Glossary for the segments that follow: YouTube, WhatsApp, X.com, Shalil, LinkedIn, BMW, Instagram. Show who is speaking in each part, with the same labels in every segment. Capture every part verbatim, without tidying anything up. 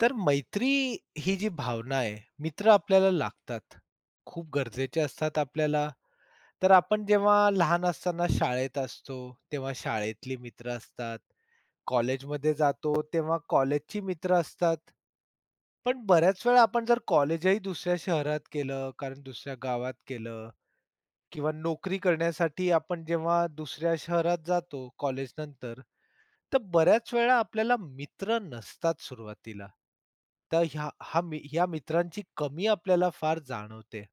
Speaker 1: तर मैत्री ही जी भावना आहे, मित्र आपल्याला लागतात. खूप गरजेचे असतात आपल्याला. तर आपण जेव्हा लहान असताना शाळेत असतो, तेव्हा शाळेतली मित्र असतात. कॉलेजमध्ये जातो, तेव्हा कॉलेजची मित्र असतात. पण बऱ्याच वेळा आपण जर कॉलेजही दुसऱ्या शहरात केलं, कारण दुसऱ्या गावात केलं किंवा नोकरी करण्यासाठी आपण जेव्हा दुसऱ्या शहरात जातो कॉलेजनंतर, तर बऱ्याच वेळा आपल्याला मित्र नसतात सुरुवातीला. तर ह्या हा मी ह्या मित्रांची कमी आपल्याला फार जाणवते.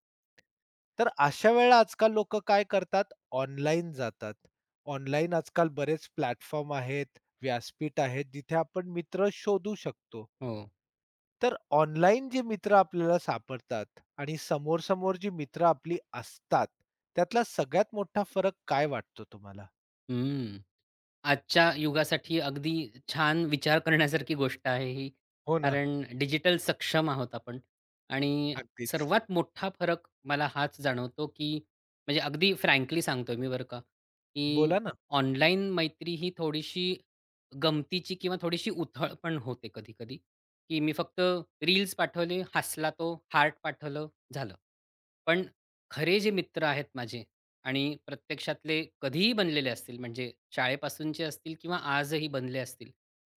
Speaker 1: तर अशा वेळेला आजकाल लोकं काय करतात, ऑनलाईन जातात. ऑनलाईन आजकाल बरेच प्लॅटफॉर्म आहेत, व्यासपीठ आहेत, जिथे आपण मित्र शोधू शकतो.
Speaker 2: हो.
Speaker 1: तर ऑनलाईन जे मित्र आपल्याला सापडतात आणि समोर-समोर जी मित्र आपली असतात, त्यातला सगळ्यात मोठा फरक काय वाटतो तुम्हाला?
Speaker 2: हं. आजच्या युगासाठी अगदी छान विचार करण्यासारखी गोष्ट आहे ही.
Speaker 1: हो ना,
Speaker 2: कारण डिजिटल सक्षम आहोत आपण आणि
Speaker 1: अगदीच.
Speaker 2: सर्वात मोठा फरक मला हाच जाणवतो, की म्हणजे अगदी फ्रँकली सांगतोय मी बरं का, की
Speaker 1: बोला ना.
Speaker 2: ऑनलाईन मैत्री ही थोडीशी गमतीची किंवा थोडीशी उथळ पण होते कधी-कधी, की मी फक्त रील्स पाठवले, हसला तो, हार्ट पाठवलं, झालं. पण खरे जे मित्र आहेत माझे आणि प्रत्यक्षातले कधीही बनलेले असतील म्हणजे शाळेपासूनचे असतील किंवा आजही बनले असतील,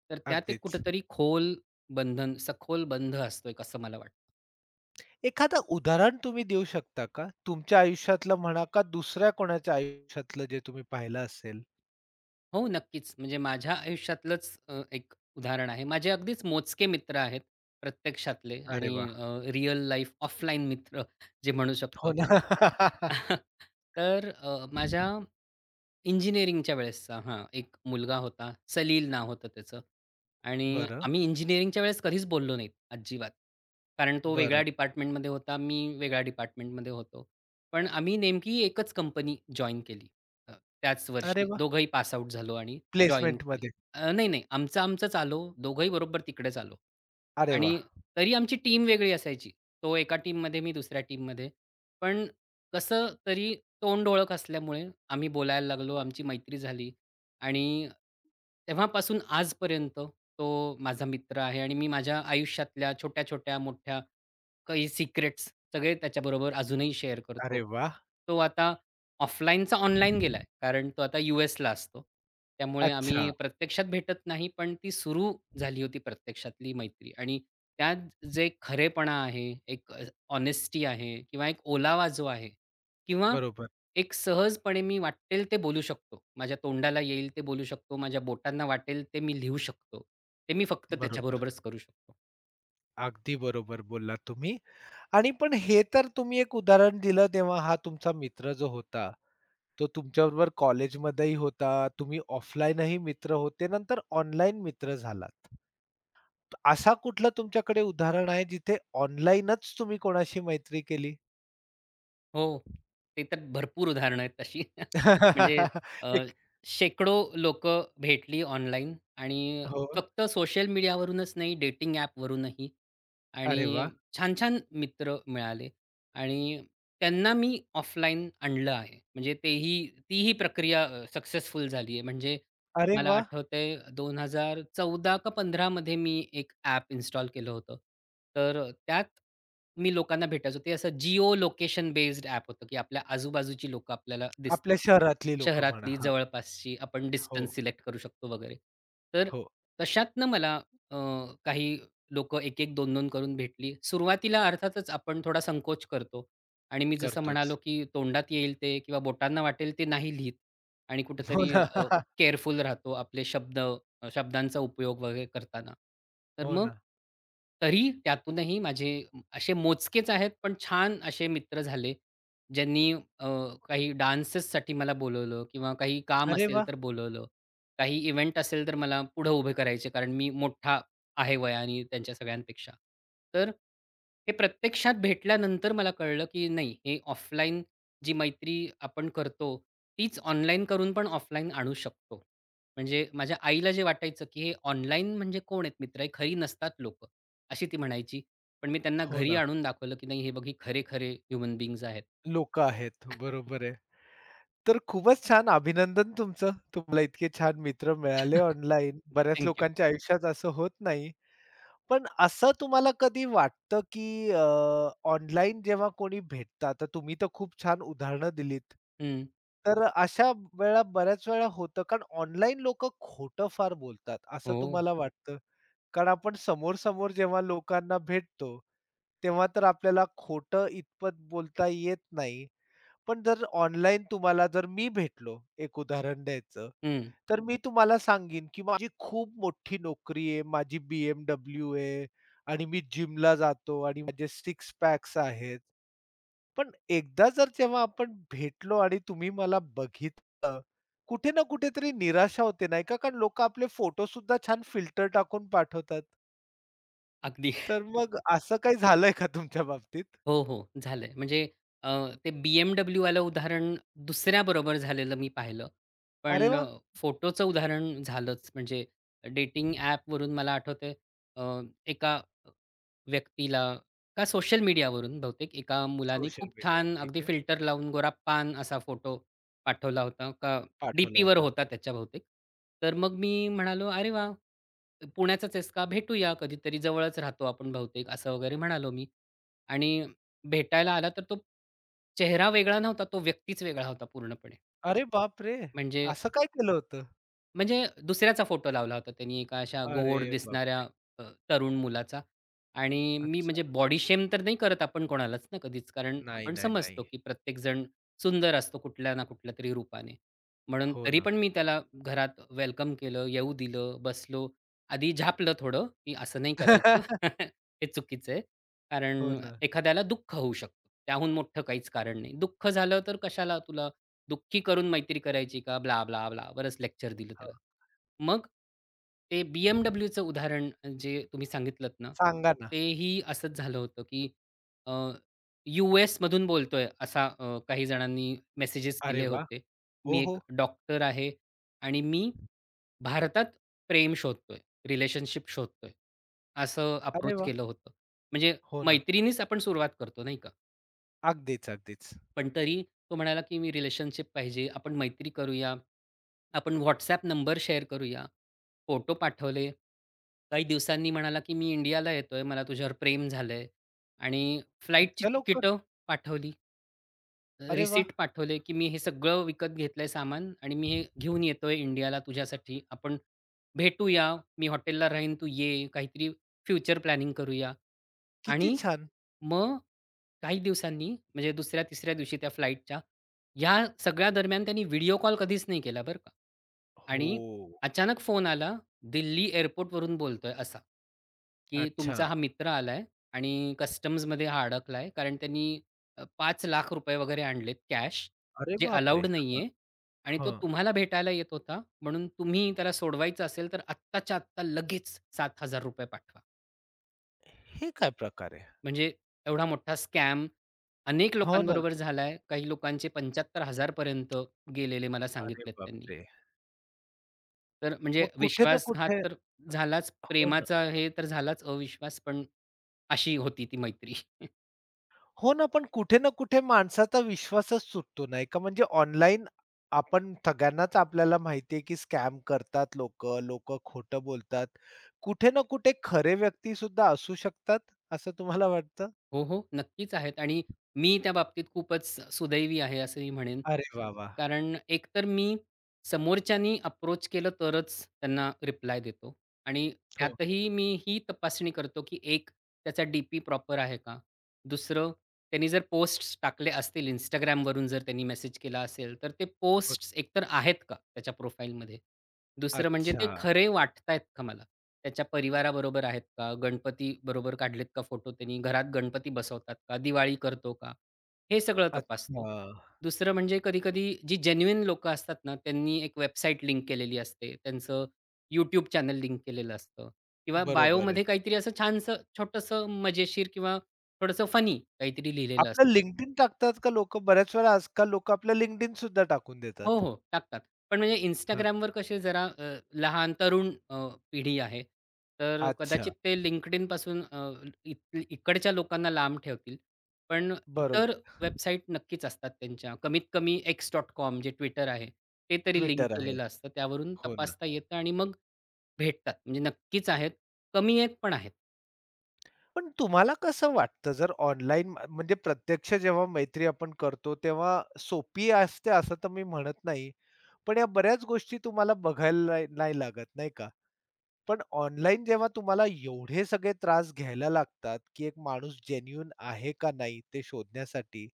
Speaker 2: तर त्यात एक
Speaker 1: अगदीच.
Speaker 2: कुठेतरी खोल बंधन, सखोल बंध असतो एक असं मला वाटतं.
Speaker 1: एखादं उदाहरण तुम्ही देऊ शकता का? तुमच्या आयुष्यातलं म्हणा का दुसऱ्या कोणाच्या आयुष्यातलं जे तुम्ही पाहिलं असेल?
Speaker 2: हो, नक्कीच. म्हणजे माझ्या आयुष्यातलंच अ, एक उदाहरण आहे. माझे अगदीच मोजके मित्र आहेत प्रत्यक्षातले
Speaker 1: अरे वा,
Speaker 2: आणि रिअल लाईफ ऑफलाईन मित्र जे म्हणू शकतो
Speaker 1: हो ना.
Speaker 2: आपण. तर अ, माझ्या इंजिनिअरिंगच्या वेळेसचा हां, एक मुलगा होता. सलील नाव होतं त्याचं आणि
Speaker 1: बरं,
Speaker 2: आम्ही इंजिनिअरिंगच्या वेळेस कधीच बोललो नाहीत अजिबात. कारण तो वेगळ्या
Speaker 1: बरं.
Speaker 2: डिपार्टमेंटमध्ये होता, मी वेगळ्या डिपार्टमेंटमध्ये होतो. पण आम्ही नेमकी एकच कंपनी जॉइन केली. अ, त्याच
Speaker 1: अरे
Speaker 2: वर्षी
Speaker 1: वाह!
Speaker 2: दोघंही पास आउट झालो आणि जॉइन केली.
Speaker 1: प्लेसमेंटमध्ये.
Speaker 2: अ, नाही, नाही. आमचं आमचंच आलो. दोघंही बरोबर तिकडेच आलो.
Speaker 1: अरे वा,
Speaker 2: आणि तरी आमची टीम वेगळी असायची. तो एका टीममध्ये, मी दुसऱ्या टीममध्ये. पण कसं तरी तोंड ओळख असल्यामुळे आम्ही बोलायला लागलो. आमची मैत्री झाली आणि तेव्हापासून आजपर्यंत तो माझा मित्र आहे आणि मी माझ्या आयुष्यातल्या छोट्या-छोट्या, मोठ्या काही सिक्रेट्स सगळे त्याच्याबरोबर अजूनही शेअर
Speaker 1: अरे
Speaker 2: करतो.
Speaker 1: वाह!
Speaker 2: तो आता ऑफलाईनचा ऑनलाईन गेलाय. कारण तो आता यू-एसला असतो. त्यामुळे
Speaker 1: अच्छा.
Speaker 2: आम्ही प्रत्यक्षात भेटत नाही, पण ती सुरू झाली होती प्रत्यक्षातली मैत्री आणि त्यात जे खरेपणा आहे, एक अ, हॉनेस्टी आहे किंवा एक ओलावा जो आहे किंवा
Speaker 1: बरोबर,
Speaker 2: एक सहजपणे मी वाटेल ते बोलू शकतो. माझ्या तोंडाला येईल ते बोलू शकतो. माझ्या बोटांना वाटेल ते मी लिहू शकतो. ते मी फक्त
Speaker 1: बरोबर.
Speaker 2: त्याच्याबरोबरच करू शकतो.
Speaker 1: अगदी बरोबर बोललात तुम्ही. आणि पण हे तर तुम्ही एक उदाहरण दिलं तेव्हा हा तुमचा मित्र जो होता, तो तुमच्याबरोबर कॉलेजमध्येही होता, तुम्ही ऑफलाईनही मित्र होते, नंतर ऑनलाईन मित्र झालात. असा कुठलं तुमच्याकडे उदाहरण आहे जिथे ऑनलाईनच तुम्ही कोणाशी मैत्री केली?
Speaker 2: हो. ते तर भरपूर उदाहरणं आहेत तशी. म्हणजे अ,
Speaker 1: एक
Speaker 2: शेकडो लोक भेटली ऑनलाईन आणि
Speaker 1: हो.
Speaker 2: फक्त सोशल मीडियावरूनच नाही, डेटिंग ॲपवरूनही. आणि
Speaker 1: अरे वाह!
Speaker 2: छान-छान मित्र मिळाले आणि त्यांना मी ऑफलाईन आणलं आहे. म्हणजे तेही तीही प्रक्रिया अ, सक्सेसफुल झाली आहे. म्हणजे
Speaker 1: अरे
Speaker 2: मला
Speaker 1: वाह!
Speaker 2: आठवतंय दोन हजार चौदा का पंधरा मी एक ॲप इन्स्टॉल केलं होतं. तर अ, त्यात मी लोकांना भेटायचो. ते असं जिओ लोकेशन बेस्ड ॲप होतं, की आपल्या आजूबाजूची लोकं आपल्याला दिसतात.
Speaker 1: आपल्या शहरातली लोकं म्हणा.
Speaker 2: शहरातली,
Speaker 1: हां.
Speaker 2: जवळपासची आपण
Speaker 1: हो,
Speaker 2: डिस्टन्स सिलेक्ट करू शकतो वगैरे. तर
Speaker 1: हो.
Speaker 2: तशातनं मला अ, काही लोक एक एक दोन दोन करून भेटली. सुरुवातीला अर्थातच आपण थोडा संकोच करतो आणि मी जसं
Speaker 1: करतोच.
Speaker 2: म्हणालो, की तोंडात येईल ते किंवा बोटांना वाटेल ते नाही लिहीत आणि
Speaker 1: हो
Speaker 2: कुठेतरी
Speaker 1: ना.
Speaker 2: अ, केअरफुल राहतो आपले शब्द अ, शब्दांचा उपयोग वगैरे करताना. तर
Speaker 1: हो
Speaker 2: मग
Speaker 1: ना.
Speaker 2: तरी त्यातूनही माझे असे मोजकेच आहेत, पण छान असे मित्र झाले, ज्यांनी अ, काही डान्सेससाठी मला बोलवलं किंवा काही काम
Speaker 1: अरे
Speaker 2: असेल
Speaker 1: वाह!
Speaker 2: तर बोलवलं. काही इव्हेंट असेल तर मला पुढं उभे करायचे कारण मी मोठा आहे वयाने त्यांच्या सगळ्यांपेक्षा. तर हे प्रत्यक्षात भेटल्यानंतर मला कळलं, की नाही हे ऑफलाईन जी मैत्री आपण करतो, तीच ऑनलाईन करून पण ऑफलाईन आणू शकतो. म्हणजे माझ्या आईला जे वाटायचं, की हे ऑनलाईन म्हणजे कोण आहेत मित्र? हे खरी नसतात लोक अशी ती म्हणायची. पण मी त्यांना
Speaker 1: हो
Speaker 2: घरी
Speaker 1: ना.
Speaker 2: आणून दाखवलं, की नाही हे बघ, हे खरे-खरे ह्युमन बीइंग्ज आहेत.
Speaker 1: लोकं आहेत. बरोबर आहे. तर खूपच छान अभिनंदन तुमचं. तुम्हाला इतके छान मित्र मिळाले ऑनलाईन. बऱ्याच
Speaker 2: थँक
Speaker 1: लोकांच्या आयुष्यात असं होत नाही. पण असं तुम्हाला कधी वाटतं, की अ, ऑनलाईन जेव्हा कोणी भेटतं, आता तुम्ही तर खूप छान उदाहरणं दिलीत. तर अशा वेळा बऱ्याच वेळा होतं, कारण ऑनलाईन लोकं खोटं फार बोलतात, असं
Speaker 2: हो.
Speaker 1: तुम्हाला वाटतं? कारण आपण समोर-समोर जेव्हा लोकांना भेटतो, तेव्हा तर आपल्याला खोटं इतपत बोलता येत नाही. पण जर ऑनलाईन तुम्हाला जर मी भेटलो, एक उदाहरण द्यायचं,
Speaker 2: हं.
Speaker 1: तर मी तुम्हाला सांगीन, की माझी खूप मोठी नोकरी आहे, माझी बी एम डब्ल्यू आहे आणि मी जिमला जातो आणि माझे सिक्स पॅक्स आहेत. पण एकदा जर जेव्हा आपण भेटलो आणि तुम्ही मला बघितलं, कुठे ना कुठेतरी निराशा होते नाही का? कारण लोकं आपले फोटो सुद्धा छान फिल्टर टाकून पाठवतात.
Speaker 2: अगदी.
Speaker 1: तर मग असं काही झालंय का तुमच्या बाबतीत?
Speaker 2: हो, हो. झालंय. म्हणजे अ, ते BMWवालं उदाहरण दुसऱ्याबरोबर झालेलं मी पाहिलं.
Speaker 1: "अरे
Speaker 2: पण
Speaker 1: वाह!
Speaker 2: अ, फोटोचं उदाहरण झालंच. म्हणजे डेटिंग ॲपवरून मला आठवतंय अ, एका व्यक्तीला का सोशल मीडियावरून बहुतेक एका मुलाने
Speaker 1: सोशल
Speaker 2: खूप
Speaker 1: मीडियावर
Speaker 2: छान अगदी
Speaker 1: ठीक आहे,
Speaker 2: फिल्टर लावून गोरापान असा फोटो पाठवला होता. का
Speaker 1: पाठवला
Speaker 2: डीपीवर
Speaker 1: होता."
Speaker 2: होता त्याच्या बहुतेक. तर मग मी म्हणालो, "अरे वाह! पुण्याचाच आहेस का? भेटूया कधीतरी जवळच राहतो आपण बहुतेक" असं वगैरे म्हणालो मी. आणि भेटायला आला तर तो चेहरा वेगळा नव्हता, तो व्यक्तीच वेगळा होता पूर्णपणे.
Speaker 1: "अरे बापरे!
Speaker 2: म्हणजे
Speaker 1: असं काय केलं होतं?"
Speaker 2: म्हणजे दुसऱ्याचा फोटो लावला होता त्यांनी एका अशा
Speaker 1: "अरे
Speaker 2: गोड दिसणाऱ्या
Speaker 1: बापरे!
Speaker 2: अ, तरुण मुलाचा आणि मी
Speaker 1: अच्छा."
Speaker 2: म्हणजे बॉडी शेम तर नाही करत आपण कोणालाच ना कधीच, कारण
Speaker 1: नाही,
Speaker 2: आपण
Speaker 1: नाही, नाही.
Speaker 2: समजतो की प्रत्येक जण सुंदर असतो कुठल्या ना कुठल्यातरी रूपाने. म्हणून
Speaker 1: हो
Speaker 2: तरी
Speaker 1: ना.
Speaker 2: पण मी त्याला घरात वेलकम केलं, येऊ दिलं, बसलो. आधी झापलं थोडं, की असं नाही करायचं. हे चुकीचं आहे.
Speaker 1: हो
Speaker 2: कारण
Speaker 1: ना.
Speaker 2: एखाद्याला दुःख होऊ शकतं. त्याहून मोठं काहीच कारण नाही. दुःख झालं तर कशाला तुला दुःखी करून मैत्री करायची का? Blah, blah, blah. बरंच लेक्चर दिलं
Speaker 1: हो.
Speaker 2: त्याला. मग ते BMWचं उदाहरण जे तुम्ही सांगितलत ना,
Speaker 1: सांगा ना.
Speaker 2: तेही असंच झालं होतं, की अ, यू-एसमधून बोलतोय असा अ, काही जणांनी मेसेजेस
Speaker 1: अरे
Speaker 2: केले
Speaker 1: वाह!
Speaker 2: होते. मी
Speaker 1: हो,
Speaker 2: एक
Speaker 1: हो.
Speaker 2: डॉक्टर आहे आणि मी भारतात प्रेम शोधतोय, रिलेशनशिप शोधतोय, असं
Speaker 1: अरे
Speaker 2: अप्रोच
Speaker 1: वाह!
Speaker 2: केलं होतं. म्हणजे
Speaker 1: हो ना.
Speaker 2: मैत्रीनीच आपण सुरुवात करतो नाही का?
Speaker 1: अगदीच, अगदीच.
Speaker 2: पण तरी तो म्हणाला, की "मी रिलेशनशिप पाहिजे, आपण मैत्री करूया, आपण WhatsApp नंबर शेअर करूया." फोटो पाठवले. काही दिवसांनी म्हणाला, की "मी इंडियाला येतोय, मला तुझ्यावर प्रेम झालंय" आणि फ्लाइटची
Speaker 1: इतक्या लवकर?
Speaker 2: तिकिटं पाठवली.
Speaker 1: अरे वाह!
Speaker 2: रिसिट पाठवले, की मी हे सगळं विकत घेतलंय सामान आणि मी हे घेऊन येतोय इंडियाला तुझ्यासाठी. आपण भेटूया. मी हॉटेलला राहीन, तू ये. काहीतरी फ्युचर प्लॅनिंग करूया.
Speaker 1: किती
Speaker 2: आणि
Speaker 1: छान.
Speaker 2: मग काही दिवसांनी म्हणजे दुसऱ्या-तिसऱ्या दिवशी त्या फ्लाइटच्या, या सगळ्या दरम्यान त्यांनी व्हिडिओ कॉल कधीच नाही केला बरं का.
Speaker 1: हो.
Speaker 2: आणि अचानक फोन आला, दिल्ली एअरपोर्टवरून बोलतोय असा, की
Speaker 1: अच्छा.
Speaker 2: तुमचा हा मित्र आलाय आणि कस्टम्समध्ये हा अडकलाय कारण त्यांनी अ, पाच लाख रुपये वगैरे आणलेत कॅश,
Speaker 1: अरे
Speaker 2: जे
Speaker 1: बापरे!
Speaker 2: अलाउड
Speaker 1: हां,
Speaker 2: नाहीये आणि तो
Speaker 1: हां.
Speaker 2: तुम्हाला भेटायला येत होता, म्हणून तुम्ही त्याला सोडवायचं असेल, तर आत्ताच्या आत्ता लगेच ₹सात हजार रुपये पाठवा.
Speaker 1: हे काय प्रकार आहे?
Speaker 2: म्हणजे एवढा मोठा स्कॅम अनेक
Speaker 1: हो ना.
Speaker 2: लोकांबरोबर झालाय. काही लोकांचे पंच्याहत्तर हजार पर्यंत गेलेले मला
Speaker 1: अरे
Speaker 2: सांगितलेत त्यांनी.
Speaker 1: बापरे!
Speaker 2: तर म्हणजे
Speaker 1: मग कुठे ना
Speaker 2: विश्वासघात
Speaker 1: कुठे
Speaker 2: तर झालाच,
Speaker 1: हो ना.
Speaker 2: प्रेमाचा हे तर झालाच अविश्वास, पण अशी होती ती मैत्री.
Speaker 1: हो ना, पण कुठे ना कुठे माणसाचा विश्वासच सुटतो नाही का? म्हणजे ऑनलाईन आपण सगळ्यांनाच आपल्याला माहिती आहे, की स्कॅम करतात लोकं, लोकं खोटं बोलतात. कुठे ना कुठे खरे व्यक्ती व्यक्तीसुद्धा असू शकतात, असं तुम्हाला वाटतं?
Speaker 2: हो, हो. नक्कीच आहेत आणि मी त्या बाबतीत खूपच सुदैवी आहे असं मी म्हणेन.
Speaker 1: अरे वाह, वाह!
Speaker 2: कारण एकतर मी समोरच्यानी अप्रोच केलं तरच त्यांना रिप्लाय देतो आणि
Speaker 1: हो,
Speaker 2: त्यातही मी ही तपासणी करतो, की एक त्याचा डी-पी प्रॉपर आहे का? दुसरं त्यांनी जर पोस्ट टाकले असतील Instagramवरून जर त्यांनी मेसेज केला असेल, तर ते
Speaker 1: हो.
Speaker 2: पोस्ट एकतर आहेत का त्याच्या प्रोफाईलमध्ये? दुसरं म्हणजे ते
Speaker 1: अच्छा,
Speaker 2: खरे वाटतायत का मला? त्याच्या परिवाराबरोबर आहेत का? गणपतीबरोबर काढलेत का फोटो त्यांनी? घरात गणपती बसवतात का? दिवाळी करतो का? हे सगळं तपासतो.
Speaker 1: अच्छा.
Speaker 2: दुसरं म्हणजे कधी-कधी जी जेन्युइन लोकं असतात ना, त्यांनी एक वेबसाईट लिंक केलेली असते. त्यांचं YouTube चॅनल लिंक केलेलं असतं किंवा
Speaker 1: बरोबर आहे.
Speaker 2: बायोमध्ये काहीतरी असं छानसं छोटंसं मजेशीर किंवा थोडंसं फनी काहीतरी लिहिलेलं असतं.
Speaker 1: आपलं LinkedIn टाकतात का लोकं? बऱ्याच वेळा आजकाल लोकं आपलं LinkedIn सुद्धा टाकून
Speaker 2: हो,
Speaker 1: देतात.
Speaker 2: हो. टाकतात. पण म्हणजे
Speaker 1: हं.
Speaker 2: Instagramवर कसे जरा अ, लहान तरुण अ, पिढी आहे. तर
Speaker 1: अच्छा.
Speaker 2: कदाचित ते LinkedIn पासून अ, इथ इकडच्या लोकांना लांब ठेवतील. पण इतर
Speaker 1: बरोबर.
Speaker 2: वेबसाईट नक्कीच असतात त्यांच्या. कमीत कमी एक्स डॉट कॉम जे ट्विटर आहे, ते तरी लिंक
Speaker 1: Twitter आहे.
Speaker 2: केलेलं असतं. त्यावरून
Speaker 1: हो ना.
Speaker 2: तपासता येतं आणि मग भेटतात. म्हणजे नक्कीच आहेत. कमी एक पण आहेत.
Speaker 1: पण तुम्हाला कसं वाटतं जर ऑनलाईन म्हणजे प्रत्यक्ष जेव्हा मैत्री आपण करतो तेव्हा सोपी असते असं तर मी म्हणत नाही. पण या बऱ्याच गोष्टी तुम्हाला बघायला नाही नाही लागत नाही का? पण ऑनलाईन जेव्हा तुम्हाला एवढे सगळे त्रास घ्यायला लागतात, की एक माणूस जेन्युइन आहे का नाही ते शोधण्यासाठी,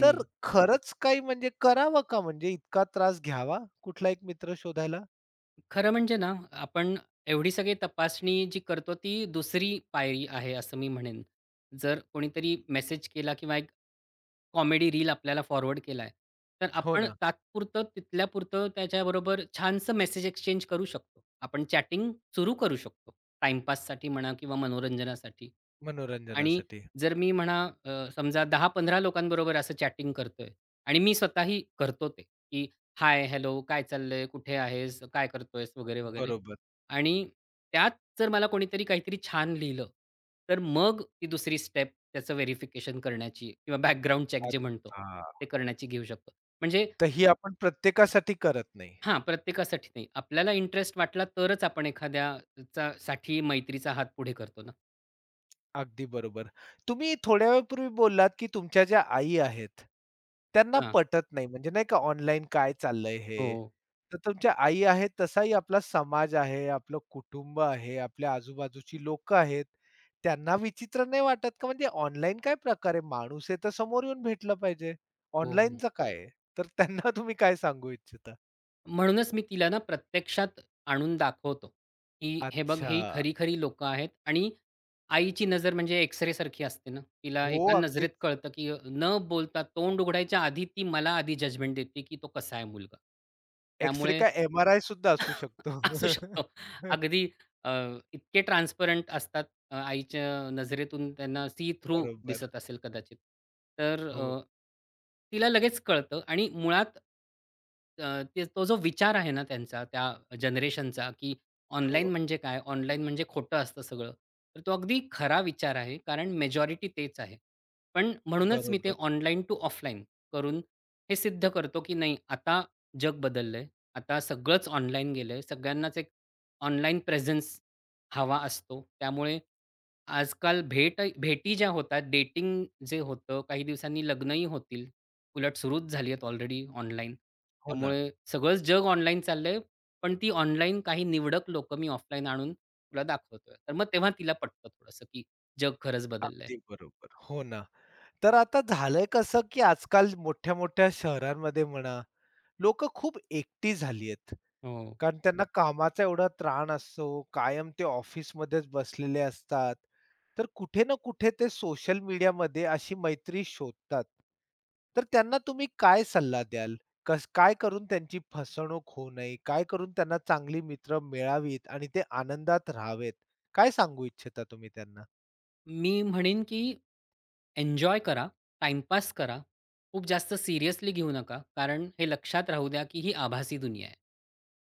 Speaker 1: तर खरंच काही म्हणजे करावं का म्हणजे इतका त्रास घ्यावा कुठला एक मित्र शोधायला?
Speaker 2: खरं म्हणजे ना, आपण एवढी सगळी तपासणी जी करतो ती दुसरी पायरी आहे, असं मी म्हणेन. जर कोणीतरी मेसेज केला किंवा एक कॉमेडी रील आपल्याला फॉरवर्ड केलाय. तर हं.
Speaker 1: हो
Speaker 2: आपण
Speaker 1: ना,
Speaker 2: तात्पुरतं तिथल्यापुरतं त्याच्याबरोबर छानसं मेसेज एक्सचेंज करू शकतो. आपण चॅटिंग सुरू करू शकतो. टाईमपाससाठी म्हणा किंवा मनोरंजनासाठी. आणि
Speaker 1: मनोरंजनासाठी.
Speaker 2: जर मी म्हणा अ, समजा दहा पंधरा लोकांबरोबर असं चॅटिंग करतोय आणि मी स्वतःही करतो ते, की हाय, हॅलो, काय चाललंय? कुठे आहेस? काय करतोयस? वगैरे, वगैरे.
Speaker 1: बरोबर.
Speaker 2: आणि त्यात जर मला कोणीतरी काहीतरी छान लिहिलं, तर मग ती दुसरी स्टेप त्याचं व्हेरिफिकेशन करण्याची किंवा बॅकग्राऊंड चेक जे म्हणतो,
Speaker 1: अच्छा.
Speaker 2: ते करण्याची घेऊ शकतो. म्हणजे
Speaker 1: तर ही आपण प्रत्येकासाठी करत नाही.
Speaker 2: हां, प्रत्येकासाठी नाही. आपल्याला इंटरेस्ट वाटला तरच आपण एखाद्याचा साठी मैत्रीचा हात पुढे करतो ना.
Speaker 1: अगदी बरोबर. तुम्ही थोड्या वेळापूर्वी बोललात, की तुमच्या ज्या आई आहेत, त्यांना
Speaker 2: हां.
Speaker 1: पटत नाही म्हणजे नाही का ऑनलाईन काय चाललंय
Speaker 2: हो,
Speaker 1: हे. तर तुमच्या आई आहेत, तसाही आपला समाज आहे, आपलं कुटुंब आहे, आपल्या आजूबाजूची लोकं आहेत. त्यांना विचित्र नाही वाटत का? म्हणजे ऑनलाईन काय प्रकार माणूस आहे तर समोर येऊन भेटलं पाहिजे.
Speaker 2: हो.
Speaker 1: ऑनलाईनचं काय आहे? तर त्यांना तुम्ही काय सांगू इच्छिता?
Speaker 2: म्हणूनच मी तिला ना प्रत्यक्षात आणून दाखवतो, की हे बघ
Speaker 1: अच्छा.
Speaker 2: ही खरी-खरी लोकं आहेत आणि आईची नजर म्हणजे एक्स-रे सारखी असते ना. तिला
Speaker 1: हो,
Speaker 2: एका
Speaker 1: अगदी.
Speaker 2: नजरेत कळतं, की न बोलता तोंड उघडायच्या आधी ती मला आधी जजमेंट देते, की तो कसा आहे मुलगा.
Speaker 1: एक्स
Speaker 2: त्यामुळे
Speaker 1: काय एम-आर-आय सुद्धा असू
Speaker 2: असू
Speaker 1: शकतो.
Speaker 2: शकतो. अगदी अ, इतके ट्रान्सपरंट असतात अ, आईच्या नजरेतून त्यांना सी थ्रू
Speaker 1: बरोबर.
Speaker 2: दिसत असेल कदाचित. तर अ,
Speaker 1: हो,
Speaker 2: तिला लगेच कळतं आणि मुळात अ, ते तो जो विचार आहे ना त्यांचा त्या जनरेशनचा, की
Speaker 1: हो.
Speaker 2: ऑनलाईन म्हणजे काय? ऑनलाईन म्हणजे खोटं असतं सगळं. तर तो अगदी खरा विचार आहे कारण मेजॉरिटी तेच आहे. पण म्हणूनच मी ते
Speaker 1: बरोबर.
Speaker 2: ऑनलाईन टू ऑफलाईन करून हे सिद्ध करतो, की नाही आता जग बदललंय. आता सगळंच ऑनलाईन गेलंय. सगळ्यांनाच एक ऑनलाईन प्रेझेन्स हवा असतो. त्यामुळे आजकाल भेट भेटी ज्या होतात, डेटिंग जे होतं, काही दिवसांनी लग्नही होतील. उलट सुरूच झाली आहेत ऑलरेडी ऑनलाईन.
Speaker 1: हो ना.
Speaker 2: त्यामुळे सगळंच जग ऑनलाईन चाललंय. पण ती ऑनलाईन काही निवडक लोक मी ऑफलाईन आणून तुला दाखवतोय. तर मग तेव्हा तिला पटतं थोडंसं, की जग खरंच बदललंय.
Speaker 1: अगदी बरोबर. हो ना. तर आता झालंय कसं, की आजकाल मोठ्या-मोठ्या शहरांमध्ये म्हणा, लोकं खूप एकटी झाली आहेत.
Speaker 2: हो.
Speaker 1: कारण त्यांना कामाचा एवढा ताण असतो, कायम ते ऑफिसमध्येच बसलेले असतात. तर कुठे ना कुठे ते सोशल मीडियामध्ये अशी मैत्री शोधतात. तर त्यांना तुम्ही काय सल्ला द्याल? कस काय करून त्यांची फसवणूक होऊ नये? काय करून त्यांना चांगली मित्र मिळावीत आणि ते आनंदात राहावेत? काय सांगू इच्छिता तुम्ही त्यांना?
Speaker 2: मी म्हणेन की एन्जॉय करा, टाईमपास करा. खूप जास्त सीरियसली घेऊ नका. कारण हे लक्षात राहू द्या, की ही आभासी दुनिया आहे.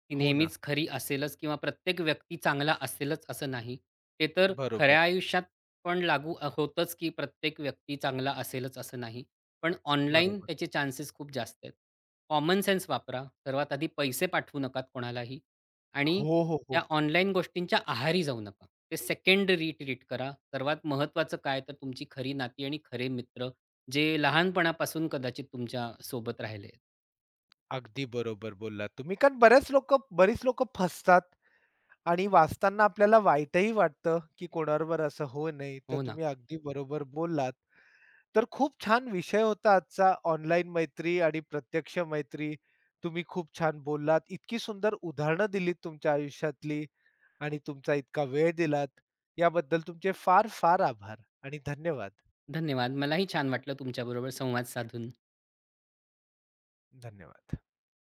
Speaker 2: ही
Speaker 1: हो ना.
Speaker 2: नेहमीच खरी असेलच किंवा प्रत्येक व्यक्ती चांगला असेलच असं नाही. ते तर
Speaker 1: बरोबर,
Speaker 2: खऱ्या आयुष्यात पण लागू अ, होतंच की प्रत्येक व्यक्ती चांगला असेलच असं नाही. पण ऑनलाईन
Speaker 1: बरोबर.
Speaker 2: त्याचे चान्सेस खूप जास्त आहेत. कॉमन सेन्स वापरा. सर्वात आधी पैसे पाठवू नका कोणालाही. आणि
Speaker 1: हो, हो, हो.
Speaker 2: त्या ऑनलाईन गोष्टींच्या आहारी जाऊ नका. ते सेकंडरी ट्रीट करा. सर्वात महत्त्वाचं काय तर तुमची खरी नाती आणि खरे मित्र, जे लहानपणापासून कदाचित तुमच्या सोबत राहिले.
Speaker 1: अगदी बरोबर बोललात तुम्ही. कारण बरेच लोकं बरीच लोकं फसतात आणि वाचताना आपल्याला वाईटही वाटतं, की कोणाबरोबर असं होऊ नये. तर
Speaker 2: हो ना.
Speaker 1: तुम्ही अगदी बरोबर बोललात. तर खूप छान विषय होता आजचा ऑनलाईन मैत्री आणि प्रत्यक्ष मैत्री. तुम्ही खूप छान बोललात. इतकी सुंदर उदाहरणं दिलीत तुमच्या आयुष्यातली आणि तुमचा इतका वेळ दिलात. याबद्दल तुमचे फार, फार आभार आणि धन्यवाद.
Speaker 2: धन्यवाद. मलाही छान वाटलं तुमच्याबरोबर संवाद साधून.
Speaker 1: धन्यवाद.